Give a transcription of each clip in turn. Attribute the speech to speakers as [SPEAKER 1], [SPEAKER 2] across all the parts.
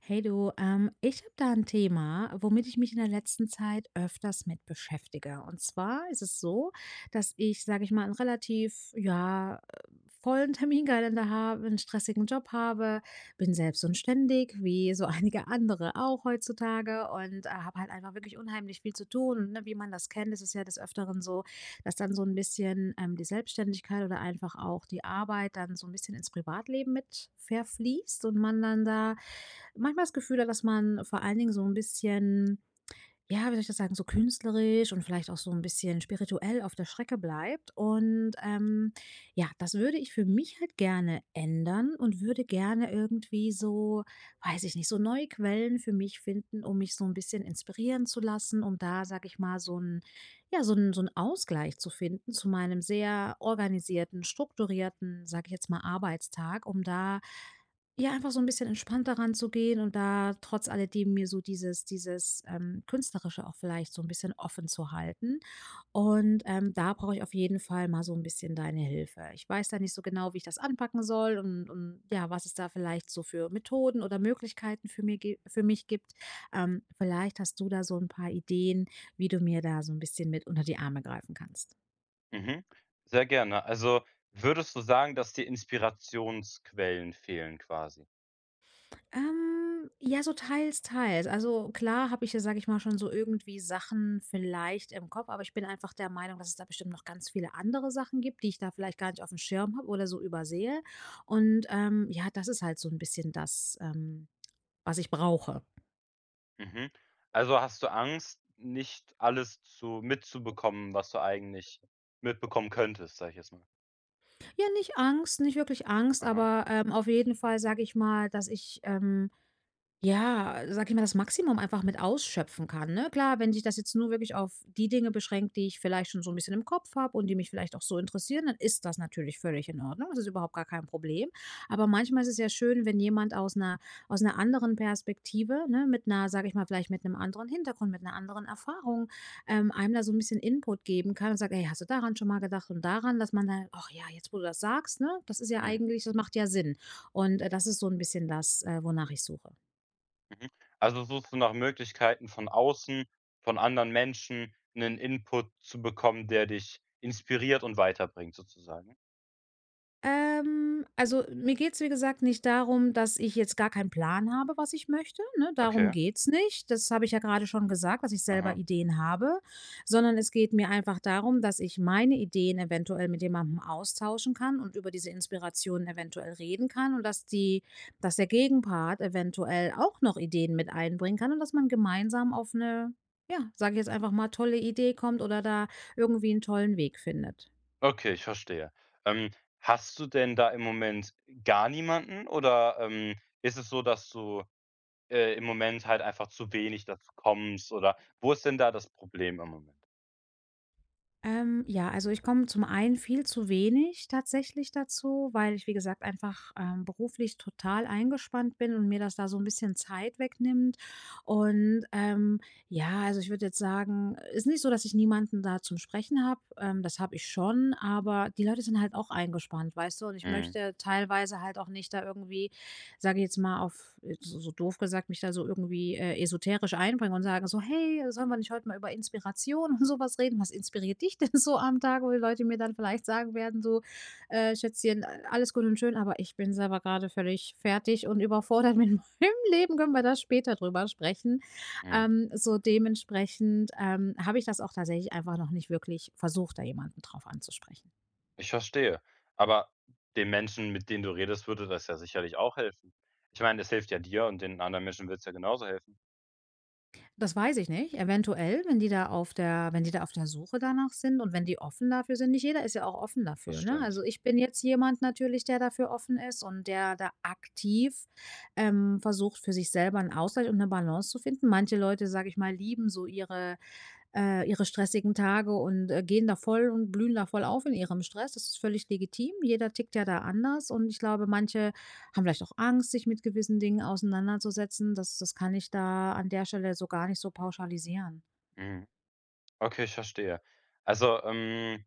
[SPEAKER 1] Hey du, ich habe da ein Thema, womit ich mich in der letzten Zeit öfters mit beschäftige. Und zwar ist es so, dass ich, sage ich mal, einen relativ, ja, vollen Terminkalender habe, einen stressigen Job habe, bin selbst unständig, wie so einige andere auch heutzutage und habe halt einfach wirklich unheimlich viel zu tun. Und ne, wie man das kennt, ist es ja des Öfteren so, dass dann so ein bisschen die Selbstständigkeit oder einfach auch die Arbeit dann so ein bisschen ins Privatleben mit verfließt und man dann da manchmal das Gefühl hat, dass man vor allen Dingen so ein bisschen, ja, wie soll ich das sagen, so künstlerisch und vielleicht auch so ein bisschen spirituell auf der Strecke bleibt. Ja, das würde ich für mich halt gerne ändern und würde gerne irgendwie so, weiß ich nicht, so neue Quellen für mich finden, um mich so ein bisschen inspirieren zu lassen, um da, sage ich mal, so ein ja, so ein Ausgleich zu finden zu meinem sehr organisierten, strukturierten, sage ich jetzt mal, Arbeitstag, um da ja, einfach so ein bisschen entspannter ranzugehen und da trotz alledem mir so dieses Künstlerische auch vielleicht so ein bisschen offen zu halten. Da brauche ich auf jeden Fall mal so ein bisschen deine Hilfe. Ich weiß da nicht so genau, wie ich das anpacken soll und ja, was es da vielleicht so für Methoden oder Möglichkeiten für mir gi für mich gibt. Vielleicht hast du da so ein paar Ideen, wie du mir da so ein bisschen mit unter die Arme greifen kannst.
[SPEAKER 2] Mhm. Sehr gerne. Also würdest du sagen, dass dir Inspirationsquellen fehlen quasi?
[SPEAKER 1] Ja, so teils, teils. Also klar habe ich ja, sage ich mal, schon so irgendwie Sachen vielleicht im Kopf, aber ich bin einfach der Meinung, dass es da bestimmt noch ganz viele andere Sachen gibt, die ich da vielleicht gar nicht auf dem Schirm habe oder so übersehe. Ja, das ist halt so ein bisschen das, was ich brauche.
[SPEAKER 2] Mhm. Also hast du Angst, nicht alles zu mitzubekommen, was du eigentlich mitbekommen könntest, sage ich jetzt mal.
[SPEAKER 1] Ja, nicht Angst, nicht wirklich Angst,
[SPEAKER 2] Aha.
[SPEAKER 1] aber auf jeden Fall sage ich mal, dass ich ja, sag ich mal, das Maximum einfach mit ausschöpfen kann, ne? Klar, wenn sich das jetzt nur wirklich auf die Dinge beschränkt, die ich vielleicht schon so ein bisschen im Kopf habe und die mich vielleicht auch so interessieren, dann ist das natürlich völlig in Ordnung. Das ist überhaupt gar kein Problem. Aber manchmal ist es ja schön, wenn jemand aus einer anderen Perspektive, ne, mit 'ner, sag ich mal, vielleicht mit einem anderen Hintergrund, mit einer anderen Erfahrung, einem da so ein bisschen Input geben kann und sagt: „Ey, hast du daran schon mal gedacht und daran?“ Dass man dann: „Ach ja, jetzt, wo du das sagst, ne,
[SPEAKER 2] Mhm.
[SPEAKER 1] das macht ja Sinn.“ das ist so ein bisschen das, wonach ich suche.
[SPEAKER 2] Mhm. Also suchst du nach Möglichkeiten von außen, von anderen Menschen, einen Input zu bekommen, der dich inspiriert und weiterbringt sozusagen?
[SPEAKER 1] Also, mir geht es wie gesagt, nicht darum, dass ich jetzt gar keinen Plan habe, was ich möchte, ne? Darum
[SPEAKER 2] Okay.
[SPEAKER 1] geht es nicht. Das habe ich ja gerade schon gesagt, dass ich selber
[SPEAKER 2] Aha.
[SPEAKER 1] Ideen habe, sondern es geht mir einfach darum, dass ich meine Ideen eventuell mit jemandem austauschen kann und über diese Inspirationen eventuell reden kann und dass der Gegenpart eventuell auch noch Ideen mit einbringen kann und dass man gemeinsam auf eine, ja, sage ich jetzt einfach mal, tolle Idee kommt oder da irgendwie einen tollen Weg findet.
[SPEAKER 2] Okay, ich verstehe. Ähm, hast du denn da im Moment gar niemanden oder, ist es so, dass du, im Moment halt einfach zu wenig dazu kommst oder wo ist denn da das Problem im Moment?
[SPEAKER 1] Ja, also ich komme zum einen viel zu wenig tatsächlich dazu, weil ich, wie gesagt, einfach beruflich total eingespannt bin und mir das da so ein bisschen Zeit wegnimmt. Und ähm, ja, also ich würde jetzt sagen, ist nicht so, dass ich niemanden da zum Sprechen habe. Das habe ich schon, aber die Leute sind halt auch eingespannt, weißt du? Und ich
[SPEAKER 2] Mhm,
[SPEAKER 1] möchte teilweise halt auch nicht da irgendwie sage ich jetzt mal, auf so doof gesagt, mich da so irgendwie, esoterisch einbringen und sagen so: „Hey, sollen wir nicht heute mal über Inspiration und sowas reden? Was inspiriert dich denn so am Tag?“ Wo die Leute mir dann vielleicht sagen werden so: Schätzchen, alles gut und schön, aber ich bin selber gerade völlig fertig und überfordert mit meinem Leben. Können wir da später drüber sprechen?“
[SPEAKER 2] mhm.
[SPEAKER 1] So dementsprechend, habe ich das auch tatsächlich einfach noch nicht wirklich versucht, da jemanden drauf anzusprechen.
[SPEAKER 2] Ich verstehe. Aber den Menschen, mit denen du redest, würde das ja sicherlich auch helfen. Ich meine, es hilft ja dir und den anderen Menschen wird es ja genauso helfen.
[SPEAKER 1] Das weiß ich nicht. Eventuell, wenn die da auf der wenn die da auf der Suche danach sind und wenn die offen dafür sind. Nicht jeder ist ja auch offen dafür,
[SPEAKER 2] Das
[SPEAKER 1] ne? Also,
[SPEAKER 2] stimmt.
[SPEAKER 1] ich bin jetzt jemand natürlich, der dafür offen ist und der da aktiv, versucht, für sich selber einen Ausgleich und eine Balance zu finden. Manche Leute, sage ich mal, lieben so ihre ihre stressigen Tage und, gehen da voll und blühen da voll auf in ihrem Stress. Das ist völlig legitim. Jeder tickt ja da anders und ich glaube, manche haben vielleicht auch Angst, sich mit gewissen Dingen auseinanderzusetzen. Das kann ich da an der Stelle so gar nicht so pauschalisieren.
[SPEAKER 2] Mhm. Okay, ich verstehe. Also,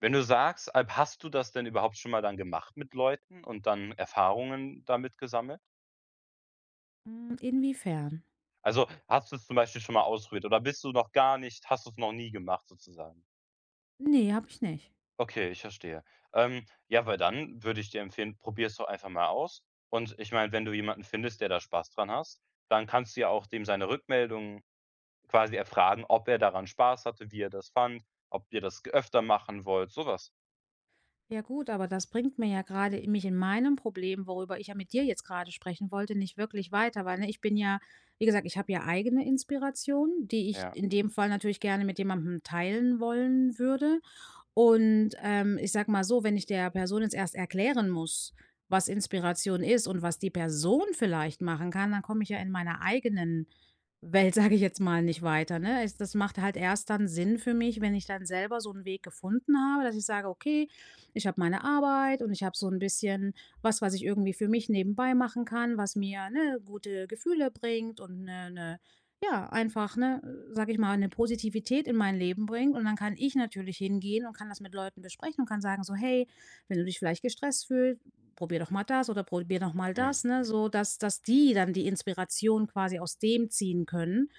[SPEAKER 2] wenn du sagst, hast du das denn überhaupt schon mal dann gemacht mit Leuten und dann Erfahrungen damit gesammelt?
[SPEAKER 1] Hm, inwiefern?
[SPEAKER 2] Also, hast du es zum Beispiel schon mal ausprobiert oder bist du noch gar nicht hast du es noch nie gemacht sozusagen?
[SPEAKER 1] Ne, habe ich nicht.
[SPEAKER 2] Okay, ich verstehe. Ja, weil dann würde ich dir empfehlen, probier's doch einfach mal aus. Und ich meine, wenn du jemanden findest, der da Spaß dran hast, dann kannst du ja auch dem seine Rückmeldung quasi erfragen, ob er daran Spaß hatte, wie er das fand, ob ihr das öfter machen wollt, sowas.
[SPEAKER 1] Ja gut, aber das bringt mir ja gerade mich in meinem Problem, worüber ich ja mit dir jetzt gerade sprechen wollte, nicht wirklich weiter, weil, ne, ich bin ja wie gesagt, ich habe ja eigene Inspiration, die ich
[SPEAKER 2] Ja.
[SPEAKER 1] in dem Fall natürlich gerne mit jemandem teilen wollen würde. Ich sag mal so, wenn ich der Person jetzt erst erklären muss, was Inspiration ist und was die Person vielleicht machen kann, dann komme ich ja in meiner eigenen Welt, sage ich jetzt mal, nicht weiter, ne? Es Das macht halt erst dann Sinn für mich, wenn ich dann selber so einen Weg gefunden habe, dass ich sage: „Okay, ich habe meine Arbeit und ich habe so ein bisschen was, was ich irgendwie für mich nebenbei machen kann, was mir, ne, gute Gefühle bringt und 'ne ja, einfach, ne, sag ich mal, eine Positivität in mein Leben bringt und dann kann ich natürlich hingehen und kann das mit Leuten besprechen und kann sagen so: „Hey, wenn du dich vielleicht gestresst fühlst, probier doch mal das oder probier doch mal
[SPEAKER 2] Mhm.
[SPEAKER 1] das“, ne,
[SPEAKER 2] Mhm.
[SPEAKER 1] so dass die dann die Inspiration quasi aus dem ziehen können,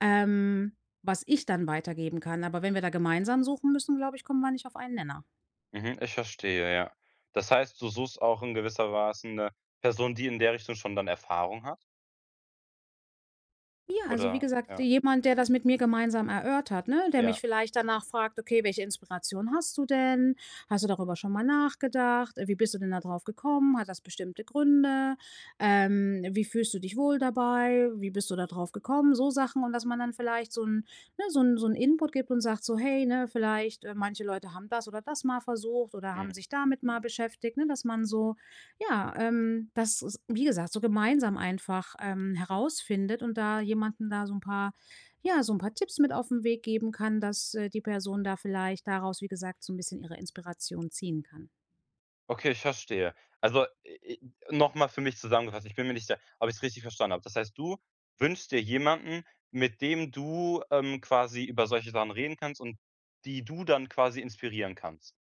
[SPEAKER 1] ähm, was ich dann weitergeben kann. Aber wenn wir da gemeinsam suchen müssen, glaube ich, kommen wir nicht auf einen Nenner.
[SPEAKER 2] Mhm, ich verstehe, ja. Das heißt, du suchst auch in gewisser Weise eine Person, die in der Richtung schon dann Erfahrung hat?
[SPEAKER 1] Ja, also wie
[SPEAKER 2] Oder
[SPEAKER 1] gesagt,
[SPEAKER 2] ja,
[SPEAKER 1] jemand, der das mit mir gemeinsam erörtert, ne? Der mich
[SPEAKER 2] ja,
[SPEAKER 1] vielleicht danach fragt: „Okay, welche Inspiration hast du denn? Hast du darüber schon mal nachgedacht? Wie bist du denn da drauf gekommen? Hat das bestimmte Gründe? Wie fühlst du dich wohl dabei? Wie bist du da drauf gekommen?“ So Sachen und dass man dann vielleicht so ein ne, so 'n Input gibt und sagt so: „Hey, ne, vielleicht, manche Leute haben das oder das mal versucht oder haben
[SPEAKER 2] mhm.
[SPEAKER 1] sich damit mal beschäftigt“, ne? Dass man so ja, das ist, wie gesagt, so gemeinsam einfach herausfindet und da jemanden da so ein paar ja, so ein paar Tipps mit auf den Weg geben kann, dass, die Person da vielleicht daraus, wie gesagt, so ein bisschen ihre Inspiration ziehen kann.
[SPEAKER 2] Okay, ich verstehe. Also, i noch mal für mich zusammengefasst, ich bin mir nicht sicher, ob ich es richtig verstanden habe. Das heißt, du wünschst dir jemanden, mit dem du, quasi über solche Sachen reden kannst und die du dann quasi inspirieren kannst?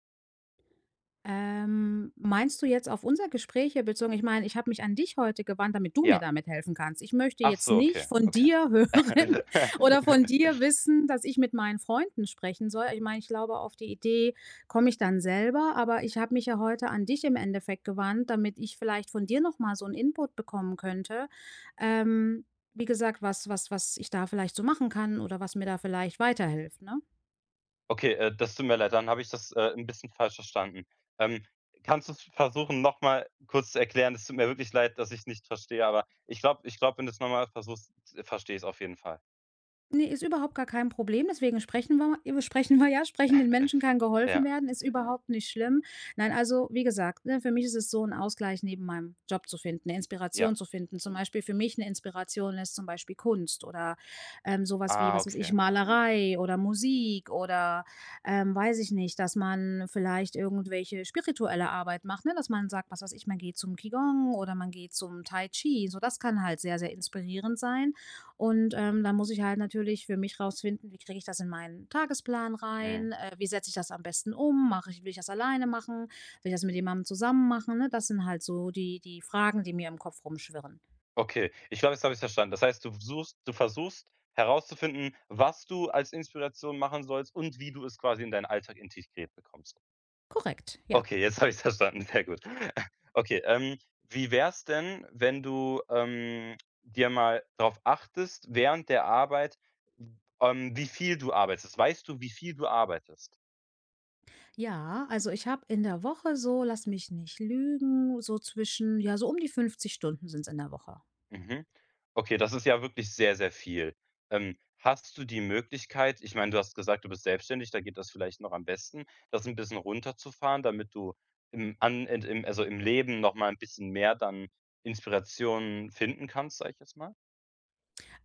[SPEAKER 1] Meinst du jetzt auf unser Gespräch hier bezogen? Ich meine, ich habe mich an dich heute gewandt, damit du mir
[SPEAKER 2] Ja.
[SPEAKER 1] damit helfen kannst. Ich möchte
[SPEAKER 2] Ach
[SPEAKER 1] jetzt
[SPEAKER 2] so,
[SPEAKER 1] nicht
[SPEAKER 2] okay,
[SPEAKER 1] von
[SPEAKER 2] okay.
[SPEAKER 1] dir hören oder von dir wissen, dass ich mit meinen Freunden sprechen soll. Ich meine, ich glaube, auf die Idee komme ich dann selber, aber ich habe mich ja heute an dich im Endeffekt gewandt, damit ich vielleicht von dir noch mal so 'n Input bekommen könnte. Ähm, Wie gesagt, was ich da vielleicht so machen kann oder was mir da vielleicht weiterhilft, ne?
[SPEAKER 2] Okay, das tut mir leid, dann habe ich das, 'n bisschen falsch verstanden. Ähm, kannst du es versuchen, noch mal kurz zu erklären? Es tut mir wirklich leid, dass ich's nicht verstehe, aber ich glaube, wenn du's noch mal versuchst, verstehe ich es auf jeden Fall.
[SPEAKER 1] Ne, ist überhaupt gar kein Problem, deswegen sprechen wir ja. Sprechenden Menschen kann geholfen
[SPEAKER 2] Ja,
[SPEAKER 1] werden, ist überhaupt nicht schlimm. Nein, also, wie gesagt, ne, für mich ist es so 'n Ausgleich neben meinem Job zu finden, 'ne
[SPEAKER 2] ja.
[SPEAKER 1] Inspiration zu finden. Zum Beispiel für mich eine Inspiration ist zum Beispiel Kunst oder, so wie,
[SPEAKER 2] Ah,
[SPEAKER 1] was weiß ich,
[SPEAKER 2] okay.
[SPEAKER 1] Malerei oder Musik oder, weiß ich nicht, dass man vielleicht irgendwelche spirituelle Arbeit macht, ne? Dass man sagt, was weiß ich, man geht zum Qigong oder man geht zum Tai Chi. So, das kann halt sehr, sehr inspirierend sein. Dann muss ich halt natürlich für mich rausfinden, wie kriege ich das in meinen Tagesplan rein?
[SPEAKER 2] Mhm.
[SPEAKER 1] Wie setze ich das am besten um? Mache ich Will ich das alleine machen? Will ich das mit jemandem zusammen machen, ne? Das sind halt so die Fragen, die mir im Kopf rumschwirren.
[SPEAKER 2] Okay, ich glaube, jetzt habe ich es verstanden. Das heißt, du versuchst herauszufinden, was du als Inspiration machen sollst und wie du es quasi in deinen Alltag integriert bekommst.
[SPEAKER 1] Korrekt, ja.
[SPEAKER 2] Okay, jetzt habe ich's verstanden. Sehr gut. Okay, wie wär's denn, wenn du, dir mal darauf achtest während der Arbeit, wie viel du arbeitest? Weißt du, wie viel du arbeitest?
[SPEAKER 1] Ja, also ich habe in der Woche so, lass mich nicht lügen, so zwischen ja, so um die 50 Stunden sind es in der Woche.
[SPEAKER 2] Mhm. Okay, das ist ja wirklich sehr, sehr viel. Hast du die Möglichkeit ich meine, du hast gesagt, du bist selbstständig, da geht das vielleicht noch am besten, das ein bisschen runterzufahren, damit du im an in im also, im Leben noch mal ein bisschen mehr dann Inspiration finden kannst, sag ich jetzt mal?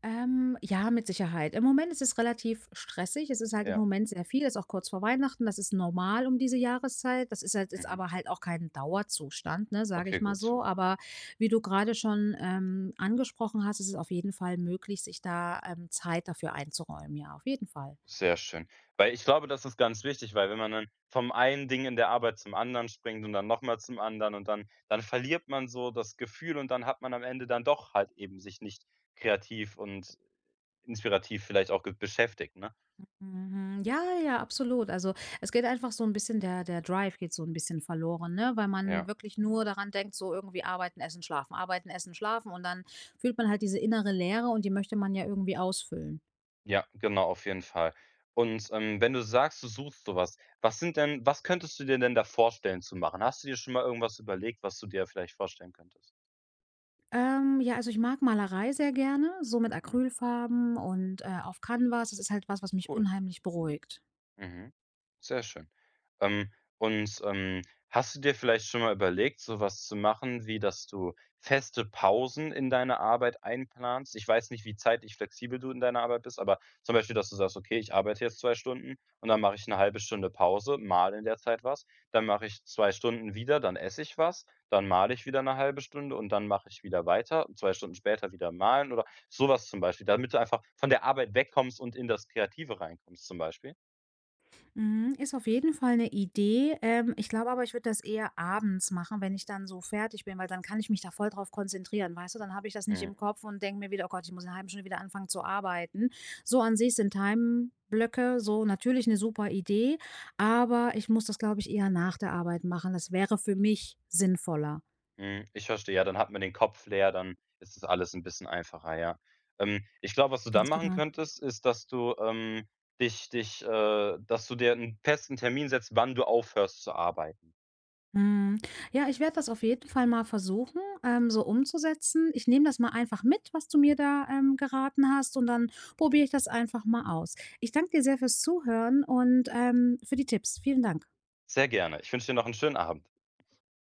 [SPEAKER 1] Ja, mit Sicherheit. Im Moment ist es relativ stressig. Es ist halt im
[SPEAKER 2] Ja,
[SPEAKER 1] Moment sehr viel. Es ist auch kurz vor Weihnachten. Das ist normal um diese Jahreszeit. Das ist halt jetzt
[SPEAKER 2] mhm.
[SPEAKER 1] aber halt auch kein Dauerzustand, ne, sage
[SPEAKER 2] Okay,
[SPEAKER 1] ich mal
[SPEAKER 2] gut.
[SPEAKER 1] so. Aber wie du gerade schon angesprochen hast, ist es auf jeden Fall möglich, sich da Zeit dafür einzuräumen. Ja, auf jeden Fall.
[SPEAKER 2] Sehr schön. Weil ich glaube, das ist ganz wichtig, weil wenn man dann vom einen Ding in der Arbeit zum anderen springt und dann noch mal zum anderen und dann verliert man so das Gefühl und dann hat man am Ende dann doch halt eben sich nicht kreativ und inspirativ vielleicht auch ge beschäftigt, ne?
[SPEAKER 1] Mhm. Ja, ja, absolut. Also es geht einfach so ein bisschen der Drive geht so ein bisschen verloren, ne? Weil man
[SPEAKER 2] Ja.
[SPEAKER 1] wirklich nur daran denkt, so irgendwie arbeiten, essen, schlafen und dann fühlt man halt diese innere Leere und die möchte man ja irgendwie ausfüllen.
[SPEAKER 2] Ja, genau, auf jeden Fall. Und, wenn du sagst, du suchst so was, was sind denn was könntest du dir denn da vorstellen zu machen? Hast du dir schon mal irgendwas überlegt, was du dir vielleicht vorstellen könntest?
[SPEAKER 1] Ja, also ich mag Malerei sehr gerne, so mit
[SPEAKER 2] Mhm,
[SPEAKER 1] Acrylfarben und, auf Canvas. Das ist halt was, was mich
[SPEAKER 2] cool.
[SPEAKER 1] unheimlich beruhigt.
[SPEAKER 2] Mhm. Sehr schön. Ähm, und, hast du dir vielleicht schon mal überlegt, so was zu machen, wie dass du feste Pausen in deine Arbeit einplanst? Ich weiß nicht, wie zeitlich flexibel du in deiner Arbeit bist, aber zum Beispiel, dass du sagst: „Okay, ich arbeite jetzt 2 Stunden und dann mache ich eine halbe Stunde Pause, male in der Zeit was, dann mache ich 2 Stunden wieder, dann esse ich was, dann male ich wieder eine halbe Stunde und dann mache ich wieder weiter und 2 Stunden später wieder malen" oder sowas zum Beispiel, damit du einfach von der Arbeit wegkommst und in das Kreative reinkommst zum Beispiel?
[SPEAKER 1] Mhm, ist auf jeden Fall eine Idee. Ich glaube aber, ich würde das eher abends machen, wenn ich dann so fertig bin, weil dann kann ich mich da voll drauf konzentrieren, weißt du? Dann habe ich das nicht im
[SPEAKER 2] Mhm.
[SPEAKER 1] Kopf und denke mir wieder: „Oh Gott, ich muss in 'ner halben Stunde wieder anfangen zu arbeiten.“ So an sich sind Timeblöcke so natürlich eine super Idee, aber ich muss das, glaube ich, eher nach der Arbeit machen. Das wäre für mich sinnvoller.
[SPEAKER 2] Mhm, ich verstehe. Ja, dann hat man den Kopf leer, dann ist das alles ein bisschen einfacher, ja. Ich glaube, was du dann
[SPEAKER 1] Ganz
[SPEAKER 2] machen
[SPEAKER 1] genau.
[SPEAKER 2] könntest, ist, dass du, dich dich dass du dir einen festen Termin setzt, wann du aufhörst zu arbeiten.
[SPEAKER 1] Mhm. Ja, ich werde das auf jeden Fall mal versuchen, so umzusetzen. Ich nehme das mal einfach mit, was du mir da, geraten hast, und dann probiere ich das einfach mal aus. Ich danke dir sehr fürs Zuhören und, für die Tipps. Vielen Dank.
[SPEAKER 2] Sehr gerne. Ich wünsche dir noch einen schönen Abend.